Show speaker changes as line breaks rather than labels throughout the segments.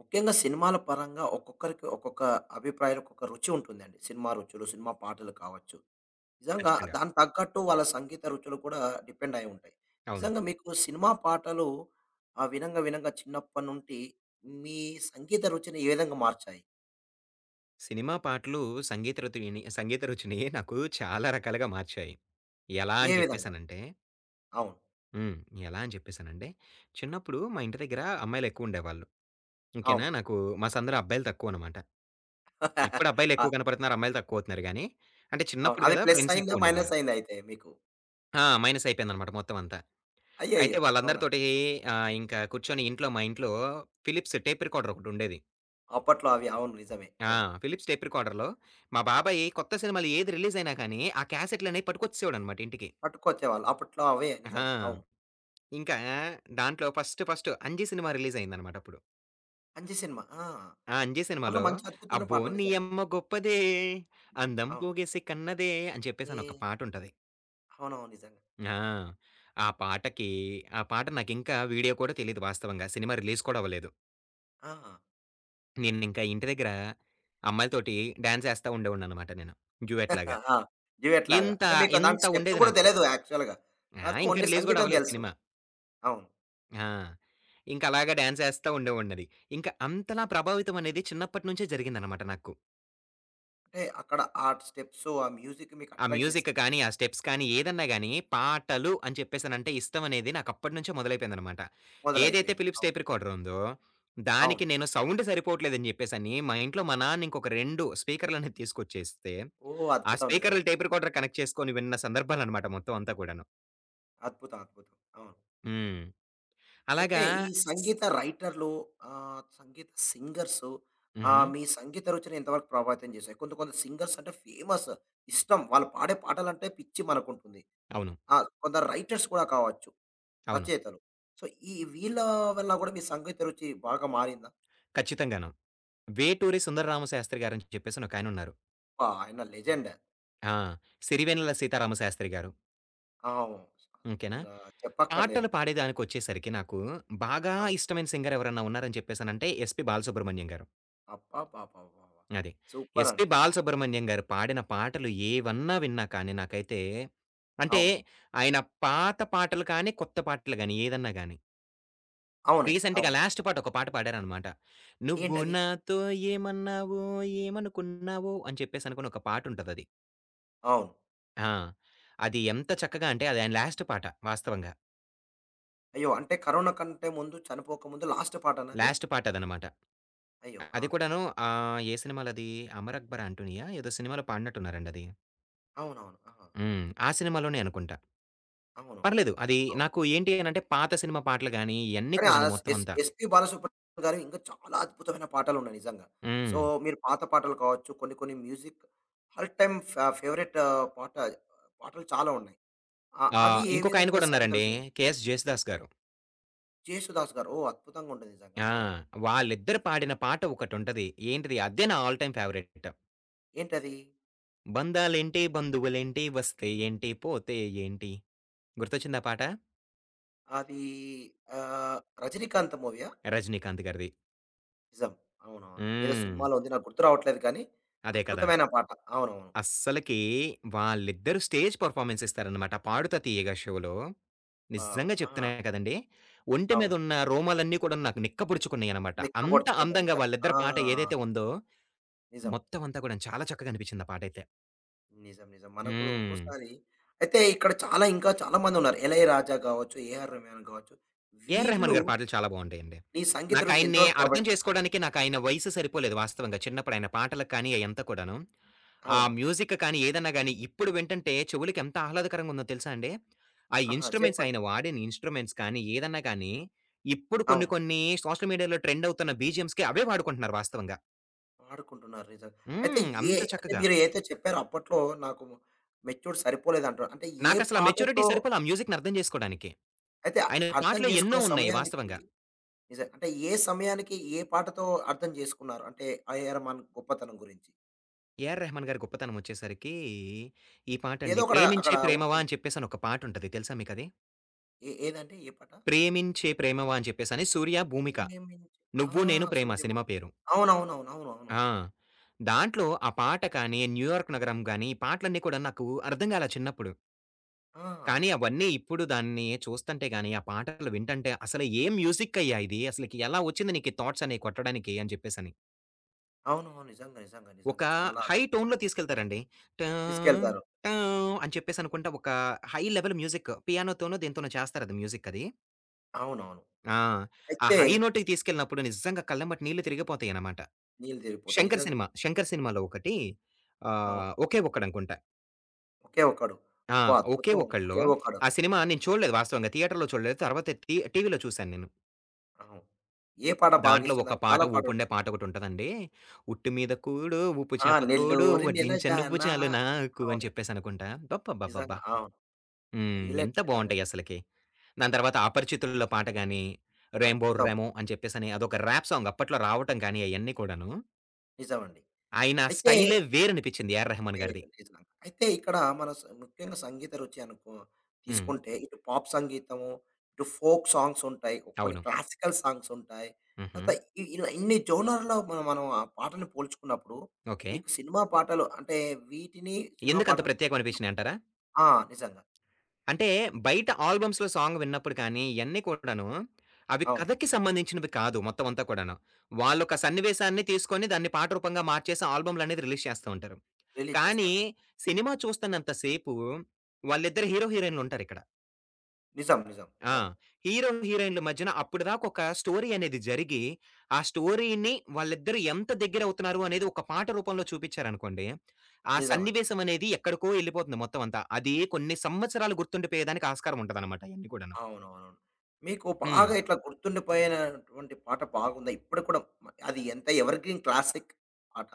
ముఖ్యంగా సినిమాల పరంగా ఒక్కొక్కరికి ఒక్కొక్క అభిప్రాయాలు, ఒక్కొక్క రుచి ఉంటుందండి. సినిమా రుచులు, సినిమా పాటలు కావచ్చు. నిజంగా
ఖచ్చితంగా.
దానికి తగ్గట్టు వాళ్ళ సంగీత రుచులు కూడా డిపెండ్ అయి ఉంటాయి.
అవును.
నిజంగా మీకు సినిమా పాటలు వినంగా చిన్నప్పటి నుండి మీ సంగీత రుచిని ఏ విధంగా మార్చాయి?
సినిమా పాటలు సంగీత రుచిని నాకు చాలా రకాలుగా మార్చాయి. ఎలా
ఏ
అని
విధంగా?
చెప్పేసానంటే
అవును.
హ్మ్. ఎలా అని చెప్పేసానంటే, చిన్నప్పుడు మా ఇంటి దగ్గర అమ్మాయిలెక్కువుండేవాళ్ళు. ఓకేనా?
అవును.
నాకు మా సందులో అబ్బాయిలు తక్కువనమాట. ఇప్పుడు
అ
అబ్బాయిలెక్కువ కనపడుతున్నారు, అమ్మాయిలు తక్కువవుతున్నారు గానీ, అంటే
అవును.
చిన్నప్పుడు
అది
గదా!
ప్లస్
ఫ్రెండ్స్
అయిందా? మైనస్
ఎక్కువుండేవాళ్ళు.
అయిందా అయితే మీకు?
ఆ! మైనస్ అయిపోయిందనమాట మొత్తం అంతా. అయితే
అయ్యయ్యో! అవునా?
వాళ్ళందరితోటి ఇంకా కూర్చొని మా ఇంట్లో ఫిలిప్స్ టేప్ రికార్డర్ ఒకటుండేది.
అప్పట్లో అవి అవును. నిజమే.
ఆ!
అవును.
ఫిలిప్స్ టేప్ రికార్డర్‌లో మా బాబాయి కొత్త సినిమాలు ఏది రిలీజ్ అయినా కానీ, ఆ క్యాసెట్‌లనేవి పట్టుకొచ్చేసేవాడనమాట ఇంటికి.
పట్టుకొచ్చేవాళ్ళు. అప్పట్లో అవే
ఆ!
నిజంగా. అవును.
ఇంకా దాంట్లో ఫస్ట్ ఫస్ట్ 'అంజి' సినిమా రిలీజ్ అయిందనమాట అప్పుడు.
'కంచి' సినిమా. ఆ!
ఆ 'అంజి'
అందులో
సినిమాలో
మంచి అద్భుతమైన
అబ్బో!
పాటలు
నీ
నిజంగా.
అమ్మ గొప్పదే, అందం
అవును.
పోగేసి కన్నదే అని
ఈ
చెప్పేసని ఒక పాటుంటది.
అవునవును. నిజంగా.
ఆ! ఆ పాటకి ఆ పాట నాకింకా వీడియో కూడా తెలీదు వాస్తవంగా. సినిమా రిలీజ్ కూడా అవ్వలేదు.
ఆహా!
నేనింకా ఇంటి దగ్గర అమ్మాయిలతోటి డాన్స్ ఏస్తా ఉండేవాడిననమాట నేను. డ్యూయెట్ లాగా.
ఆ! డ్యూయెట్ లాగా.
ఇంత
అంటే మీకు దానికి
ఇంత
స్టెప్స్
ఉండేది
కూడా
నాకు.
తెలీదు యాక్చువల్‌గా.
ఆ!
కాకపోతే
ఇంకా
ఓన్లీ
రిలీజ్ గూడా
సంగీతం
అవ్వలేదు
తెలుసు.
సినిమా.
అవును.
ఆ! ఇంక అలాగా డాన్స్ ఏస్తా ఉండేవాడిని అది. ఇంకా అంతలా ప్రభావితం అనేది చిన్నప్పటి నుంచే జరిగిందనమాట నాకు.
అంటే అక్కడ ఆ స్టెప్స్, ఆ మ్యూజిక్ మీకు
ఆ
అట్రాక్ట్
మ్యూజిక్
చేసింది.
కానీ, ఆ స్టెప్స్ కానీ, ఏదన్నా గాని పాటలు అని చెప్పేసనంటే ఇష్టం అనేది నాకు అప్పటి నుంచే మొదలైపోయిందనమాట. ఏదైతే
మొదలైపోయింది.
ఫిలిప్స్
అవును.
టేప్ రికార్డర్ ఉందో, దానికి
అవును.
నేను సౌండ్ సరిపోవట్లేదని జెప్పేసని మా ఇంట్లో మా నాన్న ఇంకొక 2 స్పీకర్‌లనేవి తీసుకొచ్చేస్తే,
ఓహ్!
ఆ
అద్భుతం నిజంగా.
స్పీకర్‌లు టేప్ రికార్డర్ కనెక్ట్ చేసుకొని విన్న సందర్భాలనమాట మొత్తం అంతా కూడాను.
అద్భుతం. అద్భుతం. అవును.
హ్మ్.
అయితే
అలాగా
ఈ
స్
సంగీత రైటర్‌లు సంగీత సింగర్స్
హుహు.
మీ సంగీత రుచిని ఎంతవరకు ప్రభావితం చేశాయి? కొంత కొంత సింగర్స్ అంటే ఫేమస్. ఇష్టం. వాళ్ళు పాడే పాటలంటే పిచ్చి మనకుంటుంది.
అవును.
ఆ! కొందరు రైటర్స్ కూడా కావచ్చు.
అవును.
రచయితలు. సో, ఈ వీళ్ళ వల్ల గూడా మీ సంగీత రుచి బాగా మారిందా?
ఖచ్చితంగాను. 'వేటూరి సుందరరామశాస్త్రి' గారని చెప్పేసని ఒకాయనున్నారు.
అబ్బా! ఆయన లెజెండ్.
ఆ! 'సిరివెన్నెల సీతారామశాస్త్రి' గారు.
అవును.
ఓకేనా.
ఇంగా చెప్పక్కర్లేదు.
పాటలు పాడేదానికొచ్చేసరికి నాకు బాగా
అవును.
ఇష్టమైన సింగర్ ఎవరన్నా ఉన్నారని చెప్పేసనంటే 'ఎస్‌పి బాలసుబ్రహ్మణ్యం' గారు.
అబ్బబ్బబ్బబ్బా!
అది.
సూపర్
'ఎస్‌పి
అండి. అవును.
బాలసుబ్రహ్మణ్యం' గారు పాడిన పాటలు ఏవన్నా విన్నా కానీ నాకైతే అంటే
అవును.
ఆయన పాత పాటలు కానీ, కొత్త పాటలు గాని ఏదన్నా గాని
అవునండి.
రీసెంట్‌గా
అవును.
లాస్ట్ పాట ఒక పాట పాడారనమాట. 'నువ్వు
ఏంటది?
నాతో ఏమన్నావో ఏమనుకున్నావో' అని చెప్పేసనుకుని ఒక పాటుంటదది.
అవును.
ఆ! అది ఎంత చక్కగా అంటే అది ఆయన లాస్ట్ పాట వాస్తవంగా.
అయ్యో! అంటే కరోనా కంటే ముందు చనిపోక ముందు లాస్ట్ పాటనా అది?
లాస్ట్ పాట అదనమాట.
అయ్యో! ఆ!
అది కూడాను ఏ సినిమాలది 'అమర్ అక్బర్ అంటోనియా' ఏదో సినిమాలో పాడినట్టున్నారండి అది.
అవునవును. ఆహా!
హ్మ్. ఆ సినిమాలోనే అనుకుంటా.
అవును.
పర్లేదు అది నాకు ఏంటి అనంటే పాత సినిమా పాటలు గాని ఇయన్నీ
కానీ ఆ
కూడాను
ఎస్
మొత్తం
ఎస్
అంతా.
ఎస్‌పీ బాలసుబ్రహ్మణ్యం గారివి ఇంకా చాలా అద్భుతమైన పాటలున్నాయి నిజంగా. సో,
హ్మ్.
మీరు పాత పాటలు కావచ్చు, కొన్ని కొన్ని మ్యూజిక్ ఆల్ టైమ్ ఫేవరెట్ పాట పాటలు చాలా ఉన్నాయి. ఆ! అవి ఏ
ఇంకొక ఆయన
విధంగా
కూడా
సంగీత
ఉన్నారండి
రచన?
'కేఎస్ జేసుదాస్' గారు.
'జేసుదాస్' గారు. ఓహ్! అద్భుతంగా ఉంటుంది నిజంగా.
ఆ!
అవును.
వాళ్ళిద్దరు పాడిన పాట ఒకటుంటది. ఏంటిది అదే నా ఆల్ టైమ్ ఫేవరెట్.
ఏంటది?
'బంధాలేంటి బంధువులేంటి వస్తే ఏంటి పోతే ఏంటి' గుర్తొచ్చిందా పాట?
అది 'రజనీకాంత్' మూవీయా?
రజినీకాంత్ గారిది.
నిజం. అవునవును. ఏదో
హ్మ్.
సినిమాలో ఉంది. నాకు గుర్తు రావట్లేదు కానీ
అదే కదా!
అద్భుతమైన పాట. అవునవును.
అస్సలకి వాళ్ళిద్దరూ స్టేజ్ పెర్ఫార్మన్స్ ఇస్తారనమాట 'పాడుతా తీయగా' షోలో.
ఆ!
నిజంగా చెప్తున్నా
ఆ!
కదండీ! ఒంటి
అవును.
మీదున్న రోమాలన్నీ కూడా నాకు నిక్కపొడుచుకున్నాయనమాట. అంత
నిక్కబొడుచుకుంటా
అందంగా
నిజం. ఆ!
వాళ్ళిద్దరి పాట ఏదైతే ఉందో,
నిజం.
మొత్తం అంతా కూడాను చాలా చక్కగా అనిపించింది ఆ పాటైతే.
నిజం. నిజం. మనకు కూడా
హ్మ్.
ఒక్కోసారి అయితే ఇక్కడ చాలా ఇంకా చాలా మందున్నారు. 'ఇళయరాజా' గావచ్చు, 'ఏఆర్ రెహమాన్' గావచ్చు.
ఏఆర్ రెహమాన్
వీళ్ళు
గారి పాటలు చాలా బావుంటాయండి.
నీ సంగీత రుచిని
నాకాయన్ని
ఎంతవరకు
అర్థం
ప్రభావితం చేసారు?
చేసుకోవడానికి నాకాయన వయసు సరిపోలేదు వాస్తవంగా. చిన్నప్పుడు ఆయన పాటలకు కానీ అయంతా కూడాను. ఆ
అవును.
మ్యూజిక్ కానీ ఏదన్నా గాని ఇప్పుడు వింటంటే చెవులకి ఎంత ఆహ్లాదకరంగా ఉందో తెలుసా అండి? ఆ
ఆహా!
ఇన్‌స్ట్రుమెంట్స్
చెప్పండి.
ఆయన వాడిన ఇన్‌స్ట్రుమెంట్స్ కానీ ఏదన్నా కానీ ఇప్పుడు కొన్ని
అవును.
కొన్ని సోషల్ మీడియాలో ట్రెండ్ అవుతున్న బీజీఎమ్స్‌కి అవే వాడుకుంటున్నారు వాస్తవంగా.
వాడుకుంటున్నారు నిజంగా. అయితే
హ్మ్.
ఏ
అంత
అంటే
చక్కగా.
మీరు ఏదైతే చెప్పారో అప్పట్లో నాకు మెచ్యూర్డ్ సరిపోలేదంటారు. అంటే ఏ
నాకసల ఆ మెచ్యూరిటీ
పాటతో
సరిపోలే ఆ మ్యూజిక్‌ని అర్థం చేసుకోవడానికి.
అయితే
ఆయన
అర్థం
పాటలో
చేసుకున్న
ఎన్నో ఉన్నాయి
సమయానికి
వాస్తవంగా.
నిజం. అంటే ఏ సమయానికి ఏ పాటతో అర్థం చేసుకున్నారు? అంటే 'ఏఆర్ రెహమాన్' గొప్పతనం గురించి.
ఏఆర్ రెహమాన్ గారి గొప్పతనం వచ్చేసరికి ఈ
ఏదో
పాటండి.
ఒకడ
'ప్రేమించే
అక్కడ
ప్రేమవా'
ఉంటుంది.
అని చెప్పేసని ఒక పాటుంటది. తెలుసా మీకది?
ఏ ఏదండి? ఏ పాట?
'ప్రేమించే ప్రేమవా' అని చెప్పేసని 'సూర్య భూమిక.
ఏమేమించి ఆ!
నువ్వు నేను ప్రేమ' సినిమా
'సూర్యబొ'
పేరు.
అవునవునవును. అవునవునవును.
ఆ! దాంట్లో ఆ పాట కానీ, 'న్యూయార్క్ నగరం' గాని, ఈ పాటలన్నీ కూడా నాకు అర్థం కాలా చిన్నప్పుడు.
ఆ!
కానీ అవన్నీ ఇప్పుడు దాన్ని చూస్తంటే గాని, ఆ పాటలు వింటంటే అసలు ఏ మ్యూజిక్కయ్యా ఇది? అసలకి ఎలా వచ్చింది నీకు ఈ థాట్స్ అనేవి కొట్టడానికి అని చెప్పేసని.
అవునవును. నిజంగా. నిజంగా.
ఒక
నిజంగా. చాలా
హై టోన్‌లో తీసుకెళ్తారండి. టా
తీసుకెళ్తారు.
టా అని చెప్పేసనుకుంటా ఒక హై లెవెల్ మ్యూజిక్ పియానోతోనో, దేనితోనో చేస్తారది మ్యూజిక్ అది.
అవునవును.
ఆ! ఆ
అయితే
హై నోట్‌కి తీసుకెళ్ళినప్పుడు నిజంగా కళ్ళెమ్మట నీళ్లు తిరిగిపోతాయన్నమాట.
నీళ్ళు తిరిగిపోతాయి. నిజంగా.
'శంకర్' సినిమాలో ఒకటి
అవును.
'ఒకే ఒక్కడనుకుంటా.'
ఒకే ఒక్కడు.
ఆ!
అబ్బా!
'ఒకే
అద్భుతం.
ఒక్కడులో'
ఒకే ఒక్కడు.
ఆ సినిమా నేను చూడలేదు వాస్తవంగా. థియేటర్‌లో చూడలేదు. తర్వాత టీవీలో చూసాను నేను.
అవును. ఏ పాట బాగా
దాంట్లో
ఇష్టం?
ఒక
నాకు
పాట
చాలా పాటలు
ఊపుండే పాట ఒకటుంటదండి. ఉట్టు మీద కూడు, ఉప్పు
ఆ!
చేప తోడు,
'నెల్లూరి
వడ్డించ నువ్వు
నెలజాన'
చాలు నాకు అని
అవును.
చెప్పేసనుకుంటా. అబ్బబ్బబ్బబ్బా!
నిజంగా. అవును.
హ్మ్.
హైలైట్
ఎంత
నిజంగా.
బావుంటాయసలకి. దాని తర్వాత 'అపరిచితుల్లో' పాట గాని, 'రేంబో
అద్భుతం.
రేమో' అని చెప్పేసని అదొక ర్యాప్ సాంగ్ అప్పట్లో రావటం గాని అయన్నీ కూడాను.
నిజమండి.
ఆయన
అయితే
స్టైలే వేరనిపిచ్చింది 'ఏఆర్ రెహమాన్'
లేదు.
గారిది.
నిజంగా. అయితే ఇక్కడ మన స ముఖ్యంగా సంగీత రుచి అనుకో
హ్మ్.
తీసుకుంటే ఇటు పాప్ సంగీతము, ఇటు ఫోక్ సాంగ్స్ ఉంటాయి. కొన్ని
అవును.
క్లాసికల్ సాంగ్స్ ఉంటాయి.
హుహు.
తర్వాత ఇలా ఇన్ని జోనర్‌లో మనం మనం ఆ పాటలు పోల్చుకున్నప్పుడు
ఓకే.
మీకు సినిమా పాటలు అంటే వీటిని సినిమా
ఎందుకంత
పాటలు పోల్చుకున్నప్పుడు
ప్రత్యేకమనిపిచ్చినియంటారా?
ఆ! నిజంగా.
అంటే బయట ఆల్బమ్స్‌లో సాంగ్ విన్నప్పుడు కానీ ఇయన్నీ కూడాను అవి
అవును.
కథకి సంబంధించినవి కాదు మొత్తం అంతా కూడాను. వాళ్ళొక సన్నివేశాన్ని తీసుకొని దాన్ని పాట రూపంగా మార్చేసి ఆల్బమ్‌లనేది రిలీజ్ చేస్తా ఉంటారు.
రిలీజ్
కానీ,
చేస్తారు. నిజం.
సినిమా చూస్తున్నంత సేపు వాళ్ళిద్దరు హీరో, హీరోయిన్‌లుంటారిక్కడ.
నిజం. నిజం,
ఆ!
అవును.
హీరో, హీరోయిన్‌ల మధ్యన అప్పటిదాకా ఒక స్టోరీ అనేది జరిగి, ఆ స్టోరీని వాళ్ళిద్దరూ ఎంత దగ్గరవుతున్నారు అనేది ఒక పాట రూపంలో చూపిచ్చారనుకోండి, ఆ
నిజమండి.
సన్నివేశం అనేది ఎక్కడికో ఎళ్ళిపోతుంది మొత్తం అంతా. అది కొన్ని సంవత్సరాలు గుర్తుండిపోయేదానికి ఆస్కారం ఉంటదనమాట ఇయన్నీ కూడాను.
అవునవునవును. మీకు
హ్మ్.
బాగా ఇట్లా గుర్తుండిపోయినటువంటి పాట బాగుందా? ఇప్పటికి కూడా అది ఎంత ఎవర్ గ్రీన్ క్లాసిక్ పాట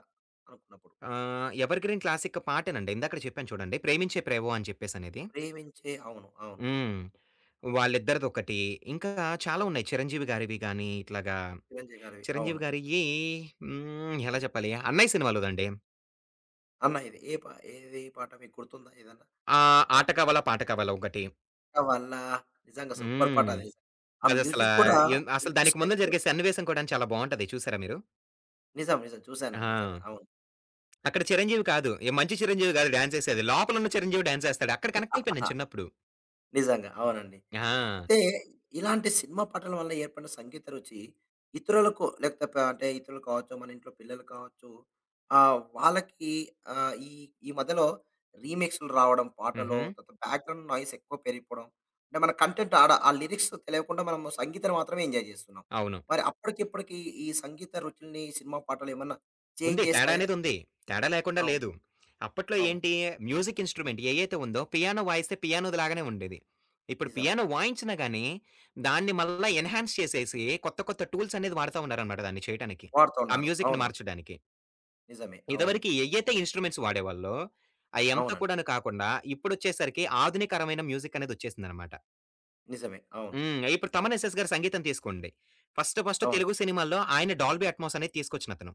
అనుకున్నప్పుడు?
ఎవర్‌గ్రీన్ క్లాసిక్ పాటేనండి. ఇందాకడ చెప్పాను చూడండి 'ప్రేమించే ప్రేమో' అని చెప్పేసనేది.
ప్రేమించే అవును. అవును.
హ్మ్. వాళ్ళిద్దరిదొకటి. ఇంకా చాలా
అవును.
ఉన్నాయి. చిరంజీవి గారివి గాని ఇట్లాగా
చిరంజీవి గారివి.
చిరంజీవి
అవును.
గారియి హ్మ్. ఎలా చెప్పాలి? 'అన్నయ్య' సినిమాలోదండి.
అన్న ఇది ఏ పా ఏది పాట మీకు గుర్తుందా ఏదన్నా? ఆ!
'ఆట కావాలా పాట కావాలా' ఒకటి.
అక్క వల్ల నిజంగా సూపర్ పాట
హ్మ్.
అది. ఆ
అదసలా
మ్యూజిక్ కూడా
ఎం అసలు
మంచి
దానికి ముందు
స్టెప్స్.
జరిగే సన్నివేశం కూడాను చాలా బావుంటది. చూసారా మీరు?
నిజం. నిజం. చూసానండి నిజంగా.
ఆ!
అవును.
అక్కడ చిరంజీవి కాదు. ఏ మంచి చిరంజీవి కాదు డాన్స్ ఏసేది. లోపలున్న చిరంజీవి డాన్స్ ఏస్తాడు. అక్కడ కనెక్ట్ అయిపోయాను
ఆహా,
నేను చిన్నప్పుడు.
నిజంగా. అవునండి.
ఆ!
అయితే ఇలాంటి సినిమా పాటల వల్ల ఏర్పడిన సంగీత రుచి ఇతరులకు లేకపోతే అంటే ఇతరులు కావచ్చు మన ఇంట్లో పిల్లలు కావచ్చు ఆ వాళ్ళకి ఆ, ఈ ఈ మధ్యలో రీమిక్స్లు రావడం పాటలో
హుహు.
తర్వాత బ్యాక్గ్రౌండ్ నాయిస్ ఎక్కువ పెరిగిపోవడం అంటే మన కంటెంట్ ఆడ ఆ లిరిక్స్ తెలియకుండా మనం సంగీతం మాత్రమే ఎంజాయ్ చేస్తున్నాం
అవును.
మరి అప్పటికి ఇప్పటికి ఈ సంగీత రుచుల్ని సినిమా పాటలు ఏమన్నా చేంజ్
ఉంది. తేడా
చేశాయా
అనేదుంది. తేడా లేకుండా
అవును
లేదు. అప్పట్లో
అవును
ఏంటి మ్యూజిక్ ఇన్‌స్ట్రుమెంట్ ఏయైతే ఉందో పియానో వాయిస్తే పియానో‌దిలాగానే ఉండేది. ఇప్పుడు
నిజం
పియానో వాయించినా గాని దాన్ని మళ్ళా ఎన్‌హాన్స్ చేసేసి కొత్త కొత్త టూల్స్ అనేది వాడతా ఉన్నారనమాట దాన్ని చేయటానికి. ఆ
వాడుతున్నారు
మ్యూజిక్‌ని
అవునవును
మార్చడానికి.
నిజమే అవును
ఇదివరకి ఏయైతే ఇన్‌స్ట్రుమెంట్స్ వాడేవాళ్ళో అయ్యంతా
అవునండి
కూడాను కాకుండా ఇప్పుడొచ్చేసరికి ఆధునికరమైన మ్యూజిక్ అనేదొచ్చేసిందనమాట.
నిజమే అవును
హ్మ్. ఇప్పుడు తమన్ ఎస్ ఎస్ గారి సంగీతం తీసుకోండి. ఫస్ట్ ఫస్ట్
అవును
తెలుగు సినిమాల్లో ఆయన 'డాల్బీ అట్మాస్' అనేది తీసుకొచ్చినతను.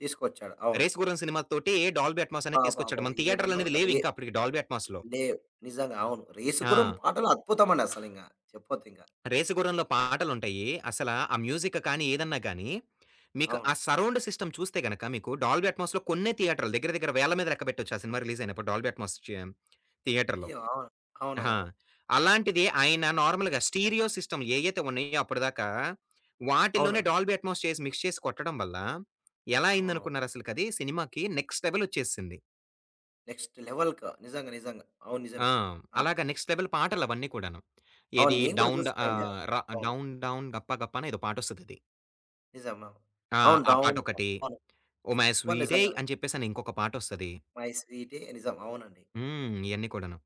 తీసుకొచ్చాడు అవును
'రేస్ గుర్రం' సినిమాతోటి 'డాల్బీ అట్మాస్' అనేది
అబ్బబ్బబ్బా!
తీసుకొచ్చాడు. మన
ఏమన్నా
థియేటర్‌లనేవి
రే
లేవింకా అప్పటికి 'డాల్బీ అట్మాస్‌లో'.
లేవు. నిజంగా అవును. 'రేసుగుర్రం'
ఆ!
పాటలు అద్భుతమండి అసలింగ. చెప్పొద్దింక.
'రేస్ గుర్రంలో' పాటలుంటాయి. అసల ఆ మ్యూజిక్ కానీ, ఏదన్నా గానీ, మీకు
అవును.
ఆ సరౌండ్ సిస్టమ్ చూస్తే గనక మీకు 'డాల్బీ అట్మాస్‌లో' కొన్నే థియేటర్‌లు దగ్గర దగ్గర వేల మీద లెక్క పెట్టొచ్చు. ఆ సినిమా రిలీజ్ అయినప్పుడు 'డాల్బీ అట్మాస్' చే థియేటర్‌లో.
అయ్యో! అవును.
ఆ!
అవునవును.
అలాంటిది ఆయన నార్మల్‌గా స్టీరియో సిస్టమ్ ఏయైతే ఉన్నాయో అప్పటిదాకా, వాటిలోనే
అవునండి.
'డాల్బీ అట్మాస్' చేసి మిక్స్ చేసి కొట్టడం వల్ల ఎలా
అవునవును.
అయిందనుకున్నారసలకది సినిమాకి నెక్స్ట్ లెవెలొచ్చేసింది.
నెక్స్ట్ లెవెల్‌క. నిజంగా. నిజంగా. అవును.
ఆ!
నిజమే. ఆ!
అలాగా నెక్స్ట్ లెవెల్ పాటలవన్నీ కూడాను.
అవును.
ఏది
నేను కూడా
డౌన్
చూసానండి.
ఆహ్, ర
అవును.
డౌన్ డౌన్ గప్ప గప్ప అని ఏదో పాటొస్తదది.
నిజం. అవును.
ఆ!
అవును.
ఆ
డౌన్
పాటొకటి.
అవును.
'ఓ మై
సూపర్
స్వీటేయ్'
నిజంగానే.
అని చెప్పేసని ఇంకొక పాటొస్తది.
'మై స్వీటీ' నిజం. అవునండి.
హ్మ్. ఇయన్నీ కూడాను.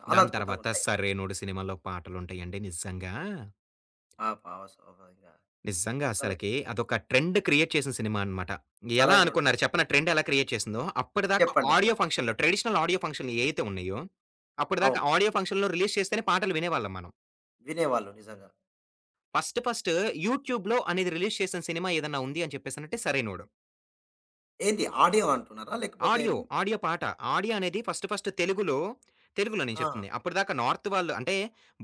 చాలా
దాని తర్వాత
అద్భుతంగుంటాయి.
'సరైనోడు' సినిమాలో పాటలుంటాయండి నిజంగా.
ఆ! భావ స్వాభావికంగా.
నిజంగా
అసలు
అసలకి అదొక ట్రెండ్ క్రియేట్ చేసిన సినిమా అనమాట. ఎలా
సరైనోడు.
అనుకున్నారు చెప్పనా ట్రెండ్ ఎలా క్రియేట్ చేసిందో? అప్పటిదాకా
చెప్పండి.
ఆడియో ఫంక్షన్‌లో ట్రెడిషనల్ ఆడియో ఫంక్షన్‌లు ఏయైతే ఉన్నాయో, అప్పటిదాకా
అవును.
ఆడియో ఫంక్షన్‌లో రిలీజ్ చేస్తేనే పాటలు వినేవాళ్ళం మనం.
వినేవాళ్ళు నిజంగా.
ఫస్ట్ ఫస్ట్ యూట్యూబ్‌లో అనేది రిలీజ్ చేసిన సినిమా ఏదన్నా ఉంది అని చెప్పేసనంటే సరైనోడు.
ఏంటి ఆడియో అంటున్నారా? లేకపోతే
ఆడియో, ఆడియో పాట. ఆడియో అనేది ఫస్ట్ ఫస్ట్ తెలుగులో తెలుగులో నేను
ఆ!
చెప్తుంది. అప్పటిదాకా నార్త్ వాళ్ళు అంటే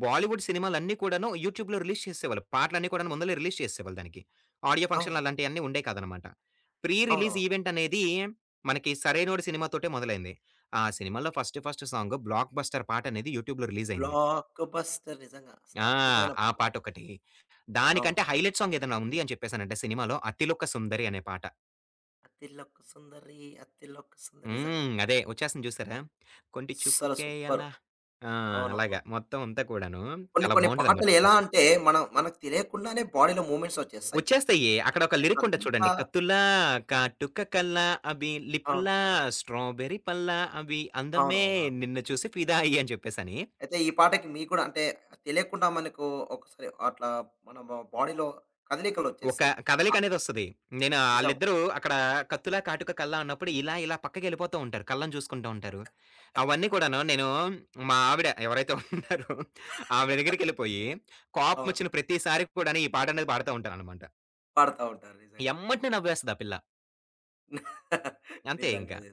బాలీవుడ్ సినిమాలన్నీ కూడాను యూట్యూబ్‌లో రిలీజ్ చేసేవాళ్ళు. పాటలన్నీ కూడాను ముందలే రిలీజ్ చేసేసేవాళ్ళు దానికి. ఆడియో ఫంక్షన్‌లు
అవును.
అలాంటియన్నీ ఉండేయి కాదనమాట. ప్రీ రిలీజ్
అవునవును.
ఈవెంట్ అనేది మనకి 'సరైనోడు' సినిమాతోటే మొదలైంది. ఆ సినిమాలో first first song 'blockbuster' పాట అనేది యూట్యూబ్‌లో రిలీజ్ అయింది.
'బ్లాక్ బస్టర్' నిజంగా అసలు
ఆ!
అద్భుతమైన
ఆ
పాట.
పాటొకటి.
అవును.
దానికంటే హైలైట్ సాంగ్ ఏదైనా ఉంది అని చెప్పేసనంటే సినిమాలో 'అతిలొక్క సుందరి' అనే పాట.
'అతిలొక్క సుందరి అతిలొక్క సుందరి' నిజంగా
హ్మ్. అదే వచ్చేస్తుంది చూసారా? కొంటి
అస్సలు
చూపుకే
సూపర్.
ఎలా ఆ!
అవునవును.
అలాగా మొత్తం అంతా కూడాను
కొన్ని
చాలా
కొన్ని
బావుంటదనమాట
పాటలు
ఆ
ఎలా
పాట.
అంటే మనం మనకు తెలియకుండానే బాడీలో మూవ్‌మెంట్స్ వచ్చేస్తాయి.
వచ్చేస్తాయి. అక్కడ ఒక లిరిక్ ఉంటది
అంత
చూడండి. 'కత్తులా, కాటుక కల్లా అవి
అవును.
లిపులా, స్ట్రాబెర్రీ పల్లా అవి అందమే
అవునవును.
నిన్ను చూసి ఫిదా అయ్యి' అని చెప్పేసని.
అయితే ఈ పాటకి మీకు కూడా అంటే తెలియకుండా మనకు ఒకసారి అట్లా మన బాడీలో కదలికలు
ఒక
వచ్చేస్తాయి. ఆహ్,
కదలికనేదొస్తది. నేను
నిజం.
ఆళ్ళిద్దరూ అక్కడ కత్తులా, కాటుక, కల్లా అన్నప్పుడు ఇలా పక్కకెళ్ళిపోతూ ఉంటారు. కళ్ళని చూసుకుంటూ ఉంటారు. అవన్నీ కూడాను నేను మా ఆవిడ ఎవరైతే ఉన్నారో ఆమె దగ్గరికెళ్ళిపోయి,
అవును.
కోపమొచ్చిన ప్రతిసారి కూడాను ఈ పాటనేది పాడుతా ఉంటాననమాట.
పాడుతా ఉంటారు నిజంగా.
ఎమ్మటనే నవ్వేస్తది ఆ పిల్ల. అంతే ఇంక.
నిజంగా అదే.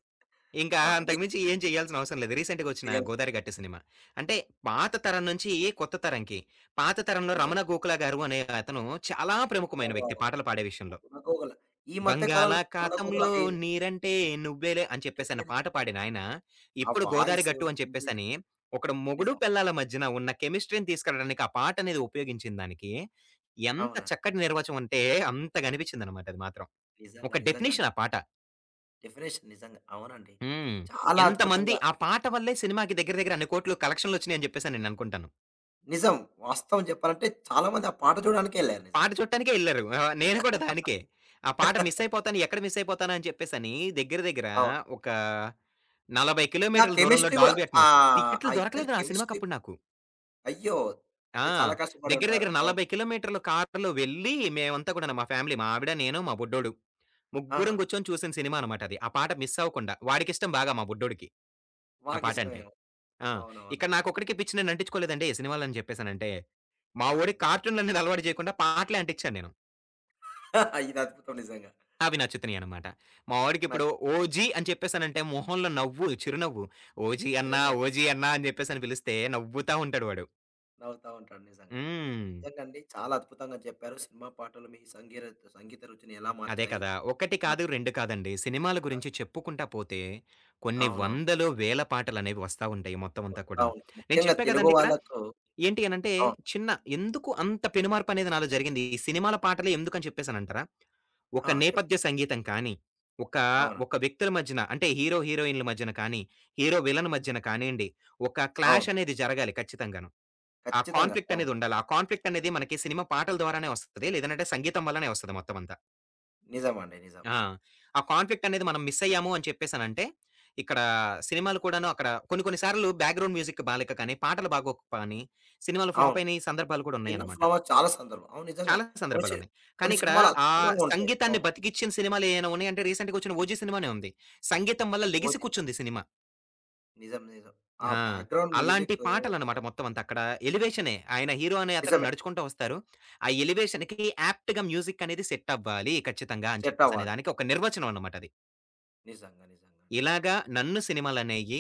ఇంకా
ఆ! అంటే
అంతకు మించి ఏం చేయాల్సిన అవసరం లేదు. రీసెంట్‌గా వచ్చిన
ఇది
'గోదారి గట్టి' సినిమా. అంటే పాత తరం నుంచి కొత్త తరంకి. పాత తరంలో 'రమణ గోఖల' గారు అనే అతను చాలా ప్రముఖమైన
నిజం.
వ్యక్తి పాటలు పాడే విషయంలో.
రణకోగల. ఈ మధ్య కాలంలో రణకోగల
బంగాళాఖాతంలో
హెయిర్
నీరంటే నువ్వేలే అని చెప్పేసన్న పాట పాడినాయన,
ఆ
ఇప్పుడు గోదారి
వాయిస్,
గట్టు అని
మ్యూజిక్
చెప్పేసని, ఒకడు మొగుడు,
నిజం.
పెళ్ళాల మధ్యన ఉన్న కెమిస్ట్రీ‌ని తీసుకెళ్ళడానికి ఆ పాట అనేది ఉపయోగించిన దానికి, ఎంత
అవునండి.
చక్కటి నిర్వచనం అంటే అంతగనిపించిందనమాట అది మాత్రం.
నిజంగా,
ఒక డెఫినిషన్
నిజంగండి.
ఆ పాట.
డెఫినేషన్ నిజంగా. అవునండి.
హ్మ్.
చాలా
ఎంతమంది
అద్భుతంగా
ఆ పాట వల్లే సినిమాకి దగ్గర దగ్గర అన్ని కోట్లు కలెక్షన్‌లొచ్చినాయి అని చెప్పేసి నేననుకుంటాను.
నిజం. వాస్తవం చెప్పాలంటే చాలా మంది ఆ పాట చూడడానికే ఎళ్లారు
పాట
నిజంగా.
చూడటానికే ఎళ్లారు. ఆ! నేను కూడా దానికే. ఆ పాట మిస్ అయిపోతాను, ఎక్కడ మిస్ అయిపోతాను అని చెప్పేసని దగ్గర దగ్గర
అవును.
ఒక 40
ఆ
కిలోమీటర్ల దూరంలో
కెమిస్ట్రీ గూడా
డాల్బీ అట్మాస్ఫియర్.
ఆ
టికెట్లు
ఇద్దరి
దొరకలేదురా ఆ
కెమిస్ట్రీ
సినిమాకప్పుడు నాకు.
అయ్యో!
ఆ!
అయితే చాలా
దగ్గర
కష్టపడుంటారు.
దగ్గర
అవును.
40 కిలోమీటర్లు కారులో వెళ్ళి మేమంతా కూడాను మా ఫ్యామిలీ మా ఆవిడ, నేను, మా బుడ్డోడు. ముగ్గురం
ఆహా!
కూర్చొని చూసిన సినిమా అనమాట అది. ఆ పాట మిస్ అవ్వకుండా. వాడికిష్టం బాగా మా బుడ్డోడికి ఆ పాటంటే.
బాగిష్టమేమో.
ఆ!
అవునవునవును.
ఇక్కడ నాకొక్కడికే పిచ్చి నేను అంటించుకోలేదండి ఏ సినిమాలని చెప్పేసనంటే, మా
అవును.
వోడికి కార్టూన్‌లనేది అలవాటు చేయకుండా పాటలే అంటించాను నేను.
ఇది అద్భుతం నిజంగా.
అవి నచ్చుతున్నాయనమాట. మా వాడికిప్పుడు
నాకు
'ఓజీ' అని చెప్పేసనంటే మొహంలో నవ్వు, చిరునవ్వు. 'ఓజీ అన్నా,
చిరునవ్వు
ఓజీ అన్నా' అని చెప్పేసని పిలిస్తే నవ్వుతా ఉంటాడు వాడు.
నవ్వుతా ఉంటాను నిజంగా.
హ్మ్.
నిజంగా అండి. చాలా అద్భుతంగా చెప్పారు. సినిమా పాటలు మీ సంగీత రుచిని ఎలా
అదే
మార్చాయి?
కదా! ఒకటి కాదు, 2 కాదండి. సినిమాల గురించి చెప్పుకుంటా పోతే కొన్ని
అవునవును.
వందలు, వేల పాటలనేవి వస్తా ఉంటాయి మొత్తం అంతా
వస్తా
కూడాను.
ఉంటాయి.
నేను
ముఖ్యంగా
చెప్పా
తెలుగు
కదండీ ఇక్కడ
వాళ్ళతో
ఏంటి అనంటే
అవును.
చిన్న ఎందుకు అంత పెనుమార్పనేది నాలో జరిగింది? ఈ సినిమాల పాటలే ఎందుకని చెప్పేసనంటారా? ఒక
ఆ!
నేపథ్య
చెప్పండి.
సంగీతం కానీ, ఒక
అవునండి.
ఒక వ్యక్తుల మధ్యన అంటే హీరో, హీరోయిన్‌ల మధ్యన కానీ, హీరో, విలన్ మధ్యన కానియండి, ఒక క్లాష్
అవును.
అనేది జరగాలి ఖచ్చితంగాను. ఆ
ఖచ్చితంగా.
కాన్ఫ్లిక్ట్
అవును.
అనేది ఉండాలి. ఆ కాన్ఫ్లిక్ట్ అనేది మనకి సినిమా పాటల ద్వారానే వస్తది. లేదనంటే సంగీతం వల్లనే వస్తది మొత్తం అంతా.
నిజమండి. నిజం.
ఆ! ఆ కాన్ఫ్లిక్ట్ అనేది మనం మిస్ అయ్యాము అని చెప్పేసనంటే, ఇక్కడ సినిమాలు కూడాను అక్కడ కొన్ని కొన్ని సార్లు బ్యాక్‌గ్రౌండ్ మ్యూజిక్ బాలేక కానీ, పాటలు బాగోక కానీ, సినిమాలు
అవును.
ఫ్లాప్ అయిన సందర్భాలు కూడా
'టెన్ ఆఫ్
ఉన్నాయన్నమాట.
ఫ్లవర్స్' చాలా సందర్భం. అవును నిజంగా.
చాలా
కొన్ని సి
సందర్భాలున్నాయి. కానీ
కొన్ని
ఇక్కడ
సినిమాలు
ఆ
అద్భుతంగా ఉంటాయి.
సంగీతాన్ని
అవును.
బతికిచ్చిన సినిమాలు ఏమైనా ఉన్నాయంటే రీసెంట్‌గా వచ్చిన 'ఓజీ' సినిమానే ఉంది. సంగీతం వల్ల లెగిసి
ఓజీ.
కూర్చుంది సినిమా.
నిజం. నిజం. ఆ
ఆ!
బ్యాక్‌గ్రౌండ్
అలాంటి
మ్యూజిక్
పాటలన్నమాట మొత్తం అంతా. అక్కడ ఎలివేషనే. ఆయన హీరో అనే అతను
నిజమే.
నడుచుకుంటూ వస్తారు. ఆ ఎలివేషన్‌కి యాప్ట్‌గా మ్యూజిక్ అనేది సెట్ అవ్వాలి ఖచ్చితంగా అని
సెట్
చెప్పేసనే
అవ్వాలి.
దానికి ఒక నిర్వచనం అన్నమాట అది.
నిజంగా. నిజంగా అండి.
ఇలాగా నన్ను సినిమాలనేయి,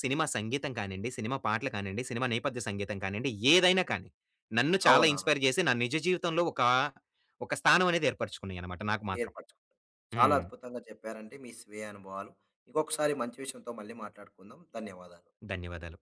సినిమా సంగీతం కానియండి, సినిమా పాటలు కానియండి, సినిమా నేపథ్య సంగీతం కానియండి, ఏదైనా కానీ నన్ను చాలా
అవునవును.
ఇన్‌స్పైర్ చేసి నా నిజ జీవితంలో ఒక స్థానం అనేది ఏర్పరచుకున్నాయన్నమాట నాకు మాత్రం.
ఏర్పరచు చాలా
హ్మ్.
అద్భుతంగా చెప్పారండి మీ స్వీయ అనుభవాలు. ఇంకొకసారి మంచి విషయంతో మళ్ళీ మాట్లాడుకుందాం. ధన్యవాదాలు.
ధన్యవాదాలు.